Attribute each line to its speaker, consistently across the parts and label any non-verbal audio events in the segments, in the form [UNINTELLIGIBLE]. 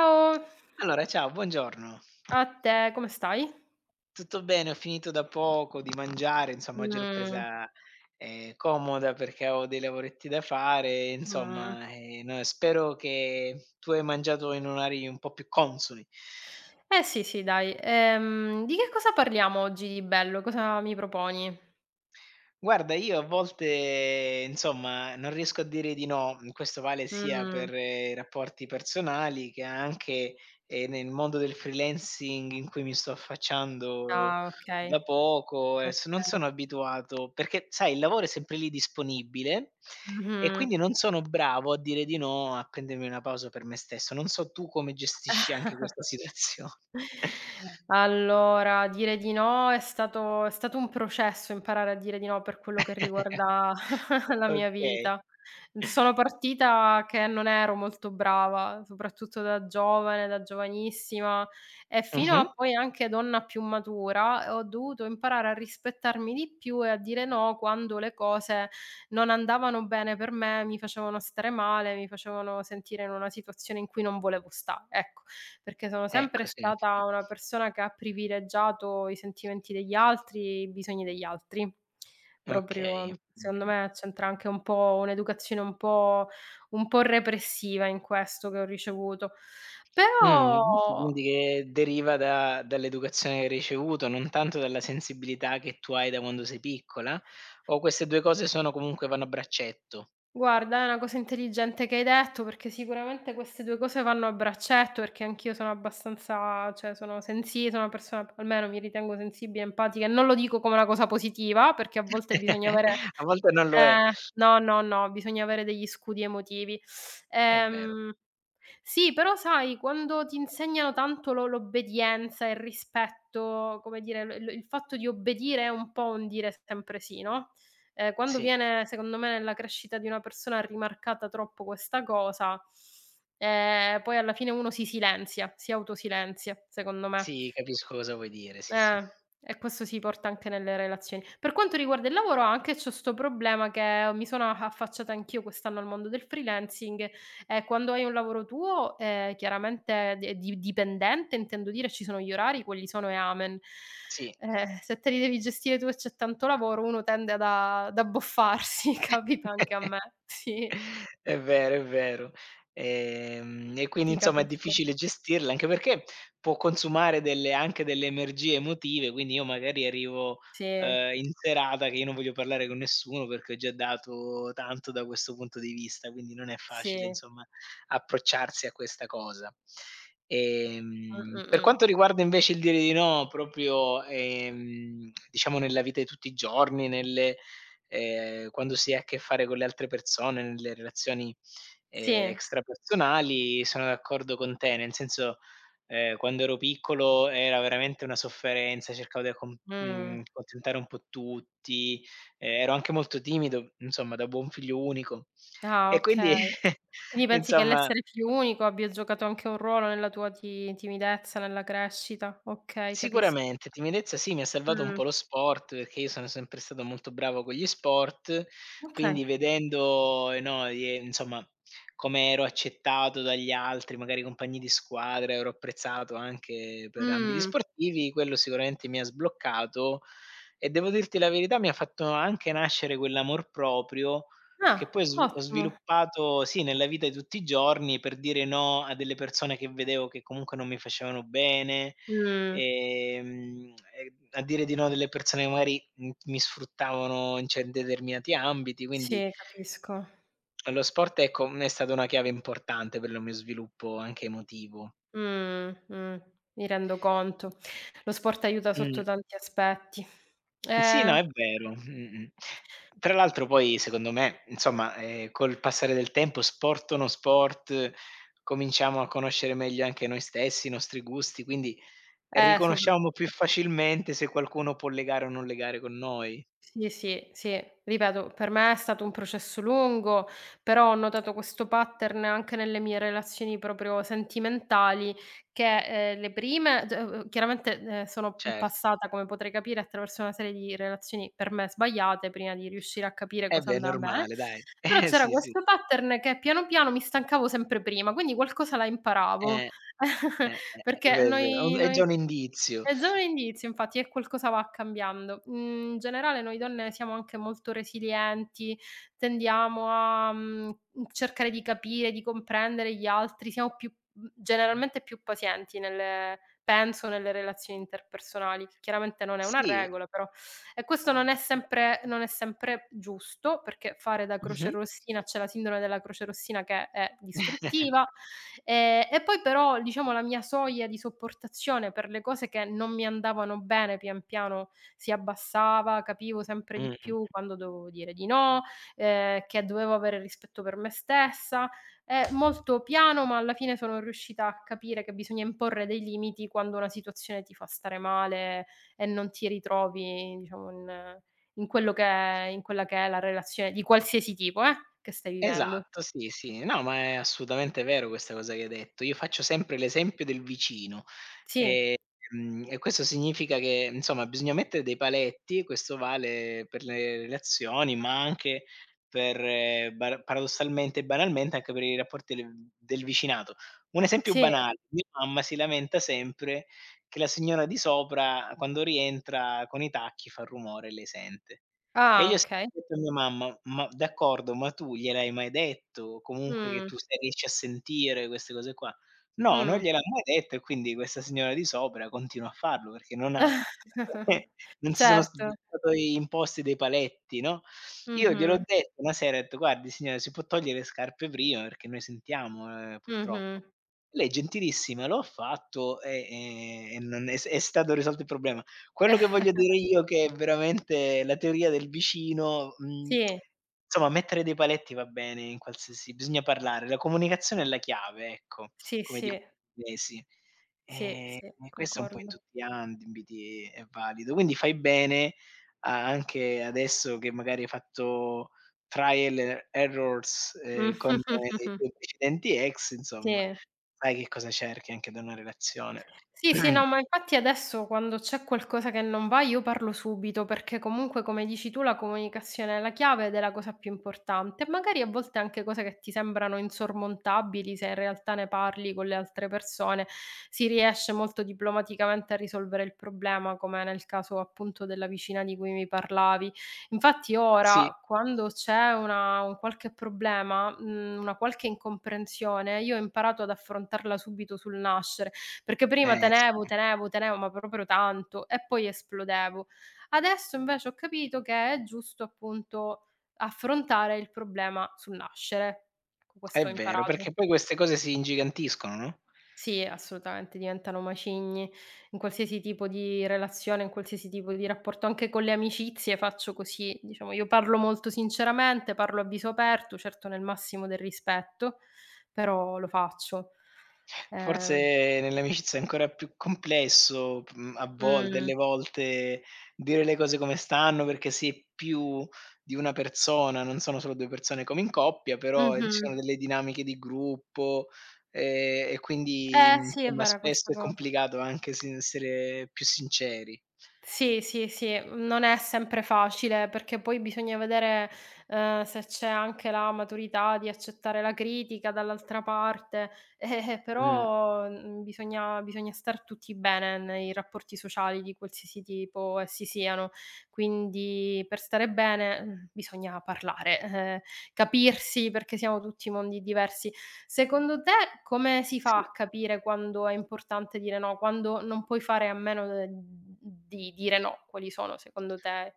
Speaker 1: Ciao,
Speaker 2: Allora, ciao, buongiorno.
Speaker 1: a te, come stai?
Speaker 2: Tutto bene, ho finito da poco di mangiare, insomma oggi l'ho
Speaker 1: Mh,
Speaker 2: presa, comoda perché avevo dei lavoretti da fare,
Speaker 1: mh.
Speaker 2: insomma, no, spero che tu hai mangiato in orari un po' più consoni.
Speaker 1: Eh sì, sì dai. Di che cosa parliamo oggi di bello? Cosa mi proponi?
Speaker 2: Guarda, io a volte, insomma, non riesco a dire di no. Mhmm, questo vale sia
Speaker 1: Mh.
Speaker 2: per i rapporti personali che anche, nel mondo del freelancing in cui mi sto affacciando
Speaker 1: Ah
Speaker 2: da
Speaker 1: okay,
Speaker 2: poco e s non
Speaker 1: okay.
Speaker 2: sono abituato perché, sai, il lavoro è sempre lì disponibile e
Speaker 1: Mh-mh.
Speaker 2: quindi non sono bravo a dire di no, a prendermi una pausa per me stesso. Non so tu come gestisci anche questa
Speaker 1: [LAUGHS]
Speaker 2: situazione.
Speaker 1: Allora, dire di no è stato un processo imparare a dire di no per quello che
Speaker 2: [LAUGHS]
Speaker 1: riguarda [LAUGHS] la
Speaker 2: O
Speaker 1: mia
Speaker 2: okay.
Speaker 1: vita. Sono partita che non ero molto brava, soprattutto da giovane, da giovanissima e fino
Speaker 2: Mh-mh.
Speaker 1: a poi anche donna più matura ho dovuto imparare a rispettarmi di più e a dire no quando le cose non andavano bene per me, mi facevano stare male, mi facevano sentire in una situazione in cui non volevo stare, ecco perché sono
Speaker 2: Ecco,
Speaker 1: sempre
Speaker 2: senti,
Speaker 1: stata una persona che ha privilegiato i sentimenti degli altri, i bisogni degli altri.
Speaker 2: okay.
Speaker 1: Proprio secondo
Speaker 2: Mh,
Speaker 1: me c'entra anche un po' un'educazione un po' repressiva in questo che ho ricevuto.
Speaker 2: Mh,
Speaker 1: Però
Speaker 2: dici quindi che deriva da dall'educazione che hai ricevuto, non tanto dalla sensibilità che tu hai da quando sei piccola? O queste 2 cose sono comunque vanno a braccetto?
Speaker 1: guarda, è una cosa intelligente che hai detto, perché sicuramente queste 2 cose vanno a braccetto, perché anch'io sono abbastanza, cioè sono una persona, almeno mi ritengo, sensibile, empatica, e non lo dico come una cosa positiva, perché a volte bisogna
Speaker 2: [LAUGHS]
Speaker 1: avere.
Speaker 2: A volte non lo è.
Speaker 1: No, no, no, bisogna avere degli scudi emotivi.
Speaker 2: È vero.
Speaker 1: Ehm, sì, però sai quando ti insegnano tanto l'obbedienza e il rispetto, come dire, l il fatto di obbedire è un po' un dire sempre sì, no, quando
Speaker 2: Sì,
Speaker 1: viene secondo me nella crescita di una persona rimarcata troppo questa cosa, poi alla fine uno si silenzia, si autosilenzia, secondo me.
Speaker 2: sì, capisco cosa vuoi dire, sì, sì.
Speaker 1: Eh, e questo si porta anche nelle relazioni. Per quanto riguarda il lavoro anche c'ho 'sto problema che mi sono a affacciata anch'io quest'anno al mondo del freelancing, e quando hai un lavoro tuo, chiaramente de di dipendente intendo dire, ci sono gli orari, quelli sono e amen.
Speaker 2: Sì.
Speaker 1: Se te li devi gestire tu e c'è tanto lavoro uno tende ad abboffarsi, [LAUGHS] capita anche a me. Sì,
Speaker 2: È vero, è vero. E quindi
Speaker 1: ti
Speaker 2: insomma è
Speaker 1: capisco.
Speaker 2: difficile gestirla, anche perché può consumare delle anche delle energie emotive, quindi io magari arrivo,
Speaker 1: Sì,
Speaker 2: in serata che io non voglio parlare con nessuno perché ho già dato tanto da questo punto di vista, quindi non è facile
Speaker 1: sì.
Speaker 2: insomma approcciarsi a questa cosa.
Speaker 1: Mh,
Speaker 2: Ehm,
Speaker 1: mh,
Speaker 2: per
Speaker 1: mh.
Speaker 2: quanto riguarda invece il dire di no proprio, diciamo nella vita di tutti i giorni, nelle quando si ha a che fare con le altre persone, nelle relazioni,
Speaker 1: Sì,
Speaker 2: extrapersonali, sono d'accordo con te. Nel senso, quando ero piccolo era veramente una sofferenza, cercavo di
Speaker 1: mh.
Speaker 2: accontentare un po' tutti, ero anche molto timido, insomma da buon figlio unico.
Speaker 1: Ah,
Speaker 2: E quindi
Speaker 1: okay.
Speaker 2: [LAUGHS]
Speaker 1: Quindi pensi che
Speaker 2: insomma
Speaker 1: l'essere più unico abbia giocato anche un ruolo nella tua ti timidezza, nella crescita? Okay, capisco.
Speaker 2: sicuramente, timidezza sì, mi ha salvato un
Speaker 1: Mh,
Speaker 2: po' lo sport, perché io sono sempre stato molto bravo con gli sport, quindi
Speaker 1: okay.
Speaker 2: vedendo, no, ie insomma, come ero accettato dagli altri, magari compagni di squadra, ero apprezzato anche per ambiti
Speaker 1: Mh.
Speaker 2: sportivi, quello sicuramente mi ha sbloccato e devo dirti la verità, mi ha fatto anche nascere quell'amor proprio che poi
Speaker 1: Ah,
Speaker 2: ho
Speaker 1: ottimo.
Speaker 2: sviluppato, sì, nella vita di tutti i giorni per dire no a delle persone che vedevo che comunque non mi facevano bene.
Speaker 1: Mh.
Speaker 2: E a dire di no delle persone che magari, mi sfruttavano in cer determinati ambiti, quindi
Speaker 1: Sì, capisco.
Speaker 2: lo sport, ecco, è stata una chiave importante per lo mio sviluppo anche emotivo.
Speaker 1: Mh, mh, mi rendo conto. Lo sport aiuta sotto
Speaker 2: Mh.
Speaker 1: tanti aspetti.
Speaker 2: Sì, no,
Speaker 1: Eh,
Speaker 2: è vero. Mh-mh. Tra l'altro poi secondo me, insomma, col passare del tempo, sport o non sport, cominciamo a conoscere meglio anche noi stessi, i nostri gusti, quindi riconosciamo più
Speaker 1: Soprattutto.
Speaker 2: facilmente se qualcuno può legare o non legare con noi.
Speaker 1: Sì, sì, sì. Ripeto, per me è stato un processo lungo, però ho notato questo pattern anche nelle mie relazioni proprio sentimentali, che, le prime d chiaramente, sono,
Speaker 2: Cer
Speaker 1: passata, come potrai capire, attraverso una serie di relazioni per me sbagliate prima di riuscire a capire
Speaker 2: Eh
Speaker 1: cosa
Speaker 2: beh, è
Speaker 1: andava bene,
Speaker 2: normale dai. [LAUGHS]
Speaker 1: però
Speaker 2: Eh
Speaker 1: c'era
Speaker 2: sì, sì.
Speaker 1: questo pattern che piano piano mi stancavo sempre prima, quindi qualcosa la imparavo.
Speaker 2: Eh,
Speaker 1: [LAUGHS]
Speaker 2: è
Speaker 1: Perché
Speaker 2: vero, è vero. È un
Speaker 1: noi
Speaker 2: è già
Speaker 1: noi
Speaker 2: un indizio.
Speaker 1: è già un indizio, infatti, e qualcosa va cambiando. Mhmm, In generale noi donne siamo anche molto resilienti, tendiamo a, cercare di capire, di comprendere gli altri, siamo più, generalmente più pazienti nelle penso nelle relazioni interpersonali, che chiaramente non è una
Speaker 2: Sì.
Speaker 1: regola, però, e questo non è sempre giusto, perché fare da
Speaker 2: Mh-mh.
Speaker 1: crocerossina, c'è la sindrome della crocerossina che è
Speaker 2: [LAUGHS]
Speaker 1: distruttiva. E poi però, diciamo, la mia soglia di sopportazione per le cose che non mi andavano bene, pian piano si abbassava, capivo sempre di più
Speaker 2: Mh.
Speaker 1: quando dovevo dire di no, che dovevo avere rispetto per me stessa. Molto piano, ma alla fine sono riuscita a capire che bisogna imporre dei limiti quando una situazione ti fa stare male e non ti ritrovi, diciamo, in quello che è, in quella che è la relazione di qualsiasi tipo, che stai vivendo.
Speaker 2: Esatto, sì, sì. No, ma è assolutamente vero questa cosa che hai detto. Io faccio sempre l'esempio del vicino.
Speaker 1: Sì,
Speaker 2: E questo significa che, insomma, bisogna mettere dei paletti, questo vale per le relazioni, ma anche per bar paradossalmente e banalmente, anche per i rapporti del vicinato. Un esempio
Speaker 1: sì.
Speaker 2: banale: mia mamma si lamenta sempre che la signora di sopra, quando rientra con i tacchi, fa rumore e lei sente. E
Speaker 1: Ah,
Speaker 2: io ho
Speaker 1: okay.
Speaker 2: sempre detto a mia mamma: "Ma d'accordo, ma tu gliel'hai mai detto, comunque, che
Speaker 1: Mh,
Speaker 2: tu se riesci a sentire queste cose qua?" No, non
Speaker 1: mh.
Speaker 2: gliel'ha mai detto e quindi questa signora di sopra continua a farlo perché non ha, [LAUGHS] eh,
Speaker 1: [LAUGHS]
Speaker 2: non si sono
Speaker 1: Certo.
Speaker 2: stati imposti dei paletti, no, io gliel'ho
Speaker 1: Mh-mh,
Speaker 2: detto una sera, ho detto: "Guardi signora, si può togliere le scarpe prima, perché noi sentiamo,
Speaker 1: mh-mh.
Speaker 2: purtroppo." Lei gentilissima lo ha fatto e non è stato risolto il problema. Quello che voglio dire
Speaker 1: [LAUGHS]
Speaker 2: io che è veramente la teoria del vicino,
Speaker 1: Sì,
Speaker 2: insomma mettere dei paletti va bene in qualsiasi, bisogna parlare, la comunicazione è la chiave, ecco
Speaker 1: sì,
Speaker 2: come
Speaker 1: sì,
Speaker 2: dicono gli inglesi.
Speaker 1: sì,
Speaker 2: Ehm,
Speaker 1: sì,
Speaker 2: e questo è un po' in
Speaker 1: concordo.
Speaker 2: tutti gli ambiti è valido. Quindi fai bene a anche adesso che magari hai fatto trial and errors, con
Speaker 1: [LAUGHS] Mh.
Speaker 2: i tuoi precedenti ex, insomma,
Speaker 1: Sì.
Speaker 2: sai che cosa cerchi anche da una relazione.
Speaker 1: Sì, sì,
Speaker 2: [CLEARS THROAT]
Speaker 1: no, ma infatti adesso quando c'è qualcosa che non va io parlo subito, perché comunque come dici tu la comunicazione è la chiave ed è la cosa più importante. Magari a volte anche cose che ti sembrano insormontabili, se in realtà ne parli con le altre persone, si riesce molto diplomaticamente a risolvere il problema, come nel caso appunto della vicina di cui mi parlavi. Infatti
Speaker 2: Sì,
Speaker 1: ora quando c'è una un qualche problema, una qualche incomprensione, io ho imparato ad affrontarla subito sul nascere. Perché prima
Speaker 2: eh sì,
Speaker 1: tenevo, tenevo, tenevo, ma proprio tanto, e poi esplodevo. Adesso invece ho capito che è giusto appunto affrontare il problema sul nascere. Ecco,
Speaker 2: è
Speaker 1: questo ho
Speaker 2: vero,
Speaker 1: imparato.
Speaker 2: perché poi queste cose si ingigantiscono, no?
Speaker 1: Sì, assolutamente, diventano macigni in qualsiasi tipo di relazione, in qualsiasi tipo di rapporto, anche con le amicizie faccio così, diciamo io parlo molto sinceramente, parlo a viso aperto, certo nel massimo del rispetto, però lo faccio. Ehm
Speaker 2: Forse nell'amicizia è ancora più complesso, mhmm, a vol
Speaker 1: mh,
Speaker 2: delle volte dire le cose come stanno, perché si è più di una persona, non sono solo 2 persone come in coppia, però, ci sono
Speaker 1: mh-mh.
Speaker 2: delle dinamiche di gruppo, e quindi,
Speaker 1: Eh sì, è
Speaker 2: insomma
Speaker 1: vera
Speaker 2: spesso
Speaker 1: questa
Speaker 2: è
Speaker 1: cosa.
Speaker 2: complicato anche sin essere più sinceri.
Speaker 1: Sì, sì, sì, non è sempre facile perché poi bisogna vedere, se c'è anche la maturità di accettare la critica dall'altra parte, [LAUGHS]
Speaker 2: Mh,
Speaker 1: però, bisogna star tutti bene nei rapporti sociali di qualsiasi tipo essi siano. Quindi per stare bene, bisogna parlare, capirsi perché siamo tutti mondi diversi. Secondo te come si fa
Speaker 2: sì.
Speaker 1: a capire quando è importante dire no, quando non puoi fare a meno de di dire no? Quali sono secondo te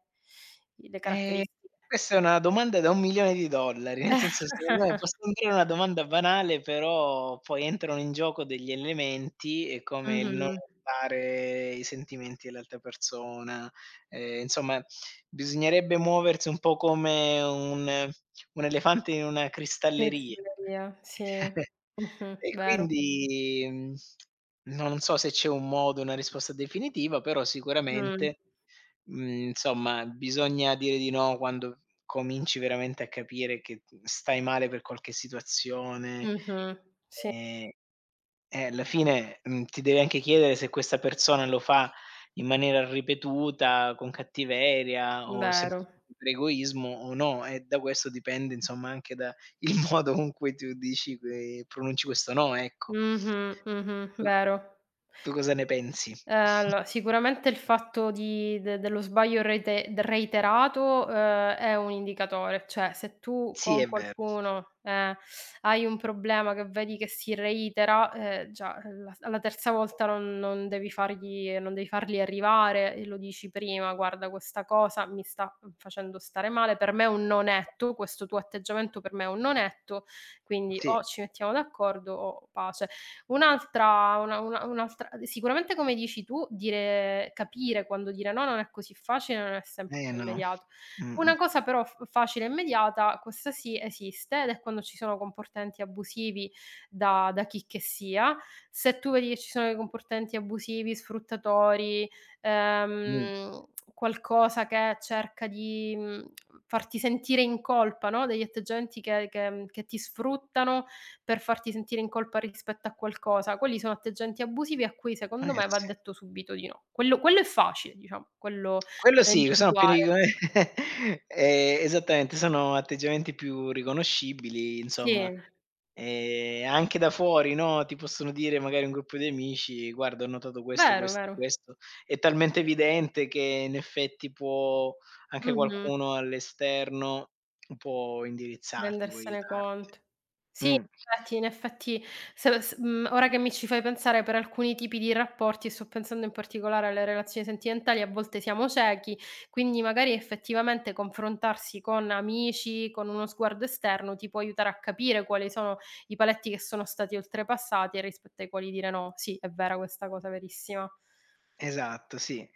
Speaker 1: i le
Speaker 2: Ehm,
Speaker 1: caratteristiche?
Speaker 2: questa è una domanda da 1.000.000 di dollari, nel senso secondo me
Speaker 1: [LAUGHS]
Speaker 2: può sembrare una domanda banale, però poi entrano in gioco degli elementi, come il non
Speaker 1: Mh-mh.
Speaker 2: urtare i sentimenti dell'altra persona, insomma bisognerebbe muoversi un po' come un elefante in una cristalleria.
Speaker 1: Fesseria, sì.
Speaker 2: [LAUGHS]
Speaker 1: Mh-mh,
Speaker 2: E
Speaker 1: vero.
Speaker 2: quindi, non so se c'è un modo, una risposta definitiva, però
Speaker 1: Mh.
Speaker 2: sicuramente, insomma, bisogna dire di no quando cominci veramente a capire che, stai male per qualche situazione.
Speaker 1: Mh-mh,
Speaker 2: Ehm, alla fine, ti devi anche chiedere se questa persona lo fa in maniera ripetuta, con cattiveria o
Speaker 1: vero.
Speaker 2: semplicemente per egoismo o no, e da questo dipende insomma anche da [LAUGHS] il modo con cui tu dici que pronunci questo no, ecco.
Speaker 1: Mh-mh, mh-mh,
Speaker 2: Tu
Speaker 1: vero.
Speaker 2: tu cosa ne pensi? [LAUGHS]
Speaker 1: Allora, sicuramente il fatto di de dello sbaglio reiterato, è un indicatore. Cioè, se tu
Speaker 2: Sì,
Speaker 1: con
Speaker 2: è vero.
Speaker 1: qualcuno, hai un problema che vedi che si reitera, già alla terza volta non devi fargli arrivare e lo dici prima: "Guarda, questa cosa mi sta facendo stare male, per me è un non etto, questo tuo atteggiamento per me è un non etto, quindi
Speaker 2: Sì.
Speaker 1: o ci mettiamo d'accordo o pace." Un'altra una un'altra sicuramente come dici tu, dire capire quando dire no non è così facile, non è sempre
Speaker 2: No.
Speaker 1: immediato.
Speaker 2: Mh-mh.
Speaker 1: Una cosa però f facile e immediata, questa sì, esiste ed è quando ci sono comportamenti abusivi da chi che sia. Se tu vedi che ci sono dei comportamenti abusivi, sfruttatori,
Speaker 2: Mh.
Speaker 1: ehm, qualcosa che cerca di, farti sentire in colpa, no, degli atteggiamenti che ti sfruttano per farti sentire in colpa rispetto a qualcosa. Quelli sono atteggiamenti abusivi a cui secondo me va
Speaker 2: Sì.
Speaker 1: detto subito di no. Quello è facile, diciamo, quello
Speaker 2: Quello
Speaker 1: da
Speaker 2: sì, sono più
Speaker 1: individuare.
Speaker 2: [UNINTELLIGIBLE] ehm, [LAUGHS] esattamente, sono atteggiamenti più riconoscibili, insomma.
Speaker 1: Sì,
Speaker 2: Anche da fuori, no, ti possono dire magari un gruppo di amici: "Guarda, ho notato questo,
Speaker 1: vero,
Speaker 2: questo e
Speaker 1: vero.
Speaker 2: questo." È talmente evidente che in effetti può anche
Speaker 1: Mh-mh.
Speaker 2: qualcuno all'esterno può indirizzarti, può
Speaker 1: Rendersene
Speaker 2: aiutarti.
Speaker 1: conto. Sì,
Speaker 2: Mh.
Speaker 1: infatti in effetti se s mhmm, ora che mi ci fai pensare, per alcuni tipi di rapporti, e sto pensando in particolare alle relazioni sentimentali, a volte siamo ciechi, quindi magari effettivamente confrontarsi con amici, con uno sguardo esterno, ti può aiutare a capire quali sono i paletti che sono stati oltrepassati e rispetto ai quali dire no. Sì, è vera questa cosa, verissima.
Speaker 2: Esatto, sì.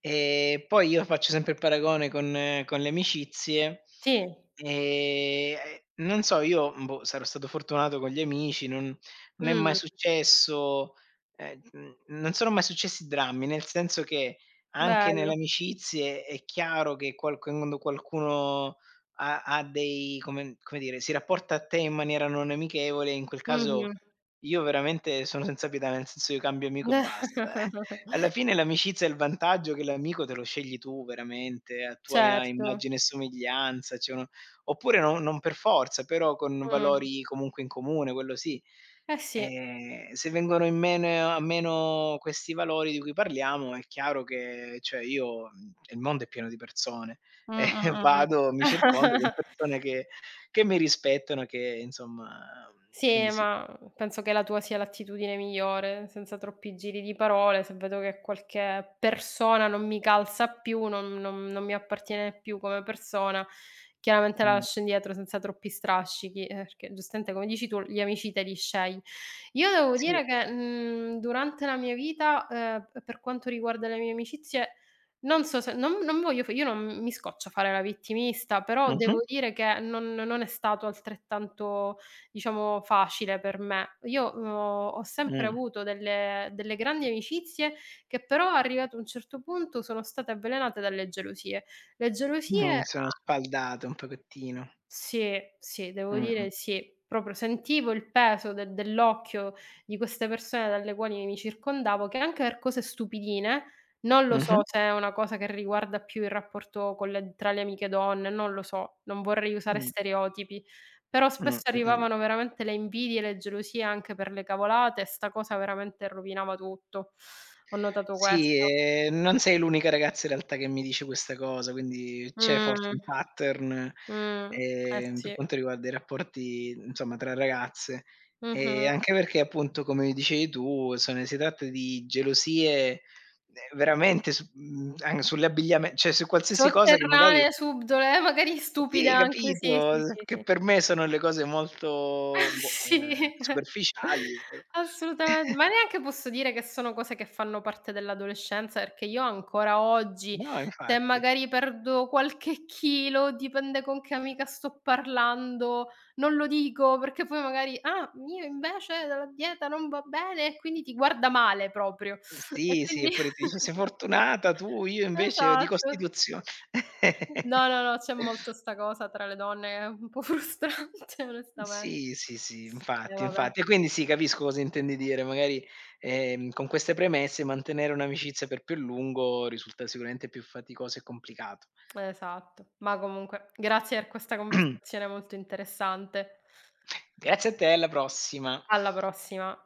Speaker 2: E poi io faccio sempre il paragone con le amicizie,
Speaker 1: Sì,
Speaker 2: ehm, non so, io, boh, sarò stato fortunato con gli amici, non è mai
Speaker 1: mh,
Speaker 2: successo, n non sono mai successi drammi, nel senso che anche nelle
Speaker 1: bello.
Speaker 2: amicizie è chiaro che qual quando qualcuno ha dei, come dire, si rapporta a te in maniera non amichevole, in quel caso
Speaker 1: Mh-mh.
Speaker 2: io veramente sono senza pietà, nel senso io cambio amico e basta, eh. Alla
Speaker 1: [LAUGHS]
Speaker 2: fine l'amicizia ha il vantaggio che l'amico te lo scegli tu veramente, a tua
Speaker 1: Certo.
Speaker 2: immagine e somiglianza, cioè no, oppure no, non per forza, però con
Speaker 1: Mh.
Speaker 2: valori comunque in comune, quello sì.
Speaker 1: Eh sì.
Speaker 2: Se vengono in meno a meno questi valori di cui parliamo, è chiaro che, cioè, io, il mondo è pieno di persone, [LAUGHS]
Speaker 1: Mh,
Speaker 2: e
Speaker 1: mh, mh,
Speaker 2: vado mi circondo con
Speaker 1: mh.
Speaker 2: persone che mi rispettano, che insomma, quindi
Speaker 1: Sì,
Speaker 2: sì.
Speaker 1: ma penso che la tua sia l'attitudine migliore, senza troppi giri di parole. Se vedo che qualche persona non mi calza più, non mi appartiene più come persona, chiaramente la
Speaker 2: Mh.
Speaker 1: lascio indietro senza troppi strascichi, perché giustamente come dici tu gli amici te li scegli. Io devo
Speaker 2: Sì.
Speaker 1: dire che, durante la mia vita, per quanto riguarda le mie amicizie, non so se non voglio fa io non mi scoccia fare la vittimista, però
Speaker 2: Mh-mh.
Speaker 1: devo dire che non è stato altrettanto, diciamo, facile per me. Io, ho sempre
Speaker 2: Mh.
Speaker 1: avuto delle grandi amicizie che però arrivato a un certo punto sono state avvelenate dalle gelosie. Le gelosie
Speaker 2: Sono
Speaker 1: a
Speaker 2: spaldato un pochettino.
Speaker 1: Sì, sì, devo
Speaker 2: Mh-mh.
Speaker 1: dire sì. Proprio sentivo il peso de dell'occhio di queste persone dalle quali mi circondavo, che anche per cose stupidine, non lo
Speaker 2: Mh-mh.
Speaker 1: so se è una cosa che riguarda più il rapporto con le tra le amiche donne, non lo so, non vorrei usare
Speaker 2: Mh.
Speaker 1: stereotipi, però spesso
Speaker 2: Mh-mh.
Speaker 1: arrivavano veramente le invidie, e le gelosie anche per le cavolate, e sta cosa veramente rovinava tutto. Ho notato questo.
Speaker 2: Sì, non sei l'unica ragazza in realtà che mi dice questa cosa, quindi c'è forse
Speaker 1: Mh,
Speaker 2: un pattern,
Speaker 1: mh, eh
Speaker 2: per
Speaker 1: sì.
Speaker 2: quanto riguarda i rapporti, insomma, tra ragazze. Ehm,
Speaker 1: Mh-mh.
Speaker 2: anche perché appunto, come dicevi tu, sono si tratta di gelosie, veramente su mhmm, an sull'abbigliame cioè su qualsiasi cosa che magari.
Speaker 1: Sotterranea, subdola, magari
Speaker 2: Sì,
Speaker 1: stupida anche, sì, sì,
Speaker 2: capito, s
Speaker 1: sì,
Speaker 2: che
Speaker 1: sì.
Speaker 2: per me sono le cose molto,
Speaker 1: [LAUGHS]
Speaker 2: boh,
Speaker 1: Sì.
Speaker 2: superficiali, però
Speaker 1: Assolutamen Ma neanche posso dire che sono cose che fanno parte dell'adolescenza, perché io ancora oggi,
Speaker 2: no,
Speaker 1: se
Speaker 2: infatti.
Speaker 1: magari perdo qualche chilo, dipende con che amica sto parlando, non lo dico perché poi magari: "Ah, io invece la dieta non va bene", e quindi ti guarda male proprio.
Speaker 2: Uhm,
Speaker 1: E
Speaker 2: sì, sì,
Speaker 1: quindi
Speaker 2: eppure ti dice: "Sei
Speaker 1: [LAUGHS]
Speaker 2: fortunata tu, io invece di
Speaker 1: esatto.
Speaker 2: costituzio" [LAUGHS]
Speaker 1: No, no, no, c'è molto 'sta cosa tra le donne, che è un po' frustrante [LAUGHS] onestamen
Speaker 2: Sì, sì, sì, infatti,
Speaker 1: vabbè,
Speaker 2: infatti. E quindi sì, capisco cosa intendi dire, magari, con queste premesse mantenere un'amicizia per più a lungo risulta sicuramente più faticoso e complicato.
Speaker 1: esatto. Ma comunque grazie per questa
Speaker 2: [CLEARS THROAT]
Speaker 1: conversazione molto interessante.
Speaker 2: Grazie a te, alla prossima.
Speaker 1: Alla prossima.